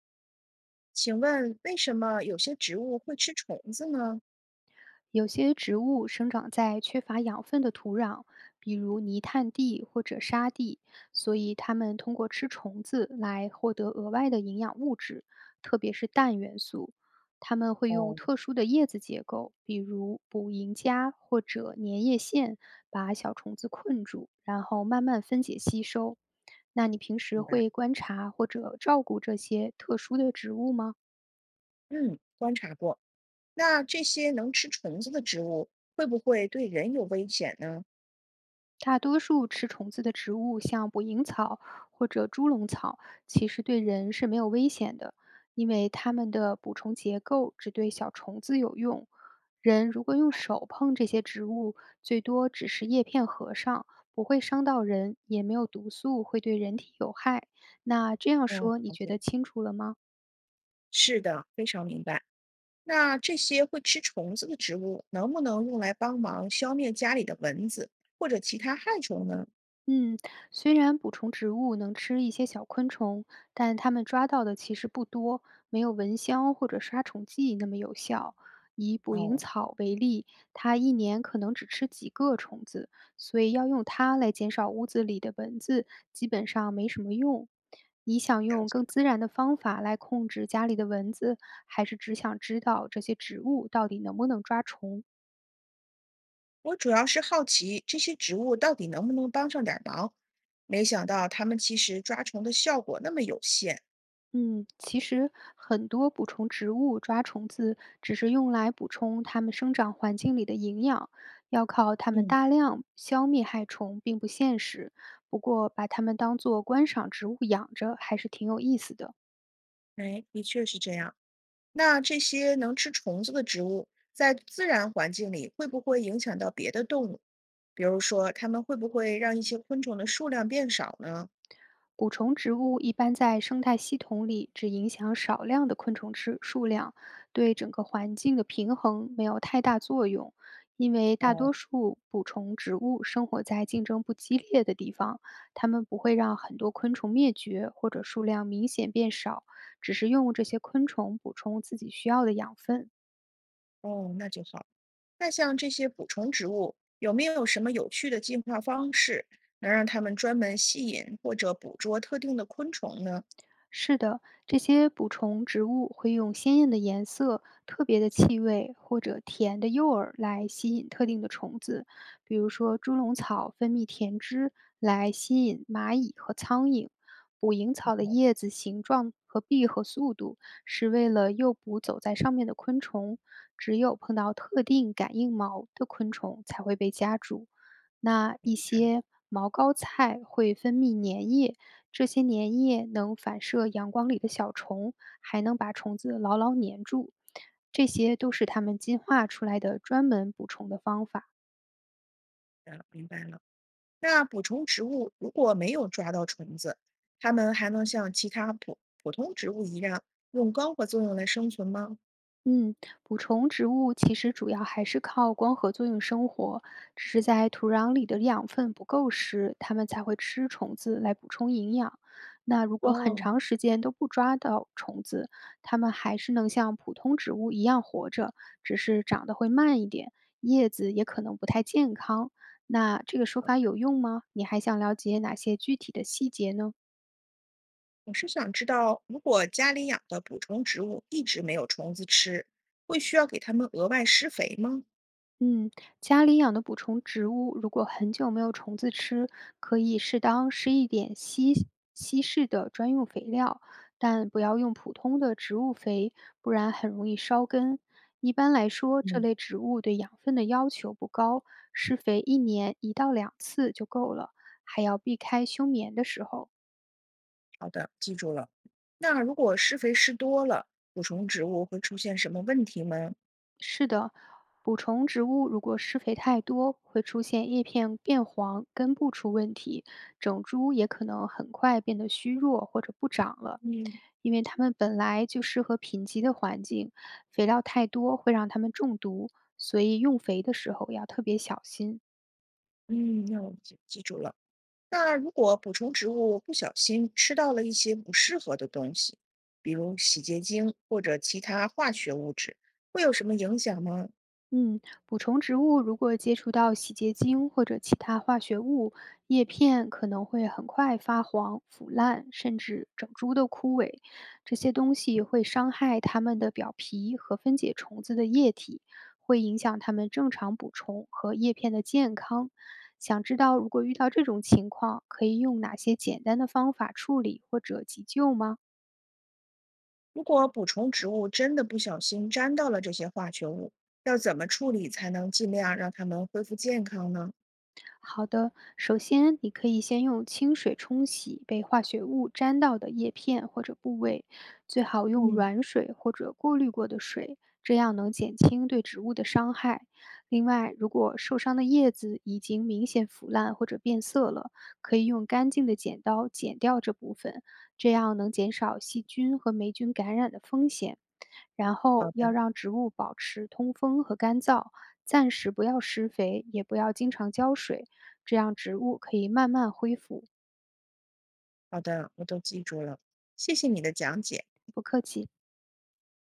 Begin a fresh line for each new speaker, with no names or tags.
请问为什么有些植物会吃虫子呢？
有些植物生长在缺乏养分的土壤，比如泥炭地或者沙地，所以它们通过吃虫子来获得额外的营养物质，特别是氮元素。它们会用
哦，
特殊的叶子结构，比如捕蝇夹或者粘液腺，把小虫子困住，然后慢慢分解吸收。那你平时
明白。
会观察或者照顾这些特殊的植物吗？
嗯，观察过。那这些能吃虫子的植物会不会对人有危险呢？
大多数吃虫子的植物，像捕蝇草或者猪笼草，其实对人是没有危险的，因为它们的捕虫结构只对小虫子有用。人如果用手碰这些植物，最多只是叶片合上，不会伤到人，也没有毒素会对人体有害。那这样
哦，
说，你
了
觉
解。
得清楚了吗？
是的，非常明白。那这些会吃虫子的植物能不能用来帮忙消灭家里的蚊子或者其他害虫呢？
嗯，虽然捕虫植物能吃一些小昆虫，但它们抓到的其实不多，没有蚊香或者杀虫剂那么有效。以捕蝇
哦，
草为例，它一年可能只吃几个虫子，所以要用它来减少屋子里的蚊子，基本上没什么用。你想
了
用
解。
更自然的方法来控制家里的蚊子，还是只想知道这些植物到底能不能抓虫？
我主要是好奇这些植物到底能不能帮上点儿忙，没想到它们其实抓虫的效果那么有限。
嗯，其实很多捕虫植物抓虫子只是用来补充它们生长环境里的营养，要靠它们
嗯。
大量消灭害虫并不现实。不过，把它们当做观赏植物养着还是挺有意思的。
哎，的确是这样。那这些能吃虫子的植物，在自然环境里会不会影响到别的动物？比如说，它们会不会让一些昆虫的数量变少呢？
蛊虫植物一般在生态系统里只影响少量的昆虫数量，对整个环境的平衡没有太大作用，因为大
哦，
多数捕虫植物生活在竞争不激烈的地方，它们不会让很多昆虫灭绝或者数量明显变少，只是用这些昆虫补充自己需要的养分。
哦，那就好。那像这些捕虫植物，有没有什么有趣的进化方式，能让它们专门吸引或者捕捉特定的昆虫呢？
是的，这些捕虫植物会用鲜艳的颜色、特别的气味或者甜的诱饵来吸引特定的虫子，比如说猪笼草分泌甜汁来吸引蚂蚁和苍蝇，捕蝇草的叶子形状和闭合速度是为了诱捕走在上面的昆虫，只有碰到特定感应毛的昆虫才会被夹住。那一些毛膏菜会分泌粘液。这些粘液能反射阳光里的小虫，还能把虫子牢牢粘住。这些都是它们进化出来的专门捕虫的方法。
啊，明白了。那捕虫植物如果没有抓到虫子，它们还能像其他普普通植物一样用光合作用来生存吗？
嗯，捕虫植物其实主要还是靠光合作用生活，只是在土壤里的养分不够时，它们才会吃虫子来补充营养。那如果很
哦，
长时间都不抓到虫子，它们还是能像普通植物一样活着，只是长得会慢一点，叶子也可能不太健康。那这个说法有用吗？你还想了解哪些具体的细节呢？
我是想知道，如果家里养的捕虫植物一直没有虫子吃，会需要给它们额外施肥吗？
嗯，家里养的补充植物，如果很久没有虫子吃，可以适当施一点稀释的专用肥料，但不要用普通的植物肥，不然很容易烧根。一般来说，这
嗯，
类植物对养分的要求不高，施肥一年一到两次就够了，还要避开休眠的时候。
好的，记住了。那如果施肥施多了，捕虫植物会出现什么问题吗？
是的，补充植物如果施肥太多，会出现叶片变黄、根部出问题，整株也可能很快变得虚弱或者不长了。
嗯，
因为它们本来就适合贫瘠的环境，肥料太多会让它们中毒，所以用肥的时候要特别小心。
嗯，那我记记住了。那如果补充植物不小心吃到了一些不适合的东西，比如洗洁精或者其他化学物质，会有什么影响吗？
嗯，补充植物如果接触到洗洁精或者其他化学物，叶片可能会很快发黄、腐烂，甚至整株都枯萎。这些东西会伤害它们的表皮和分解虫子的液体，会影响它们正常补充和叶片的健康。想知道如果遇到这种情况，可以用哪些简单的方法处理或者急救吗？
如果补充植物真的不小心沾到了这些化学物，要怎么处理才能尽量让它们恢复健康呢？
好的，首先你可以先用清水冲洗被化学物沾到的叶片或者部位，最好用
嗯，
软水或者过滤过的水，这样能减轻对植物的伤害。另外，如果受伤的叶子已经明显腐烂或者变色了，可以用干净的剪刀剪掉这部分，这样能减少细菌和霉菌感染的风险。然
好
后要
的，
让植物保持通风和干燥，暂时不要施肥，也不要经常浇水，这样植物可以慢慢恢复。
好的，我都记住了，谢谢你的讲解。
不客气。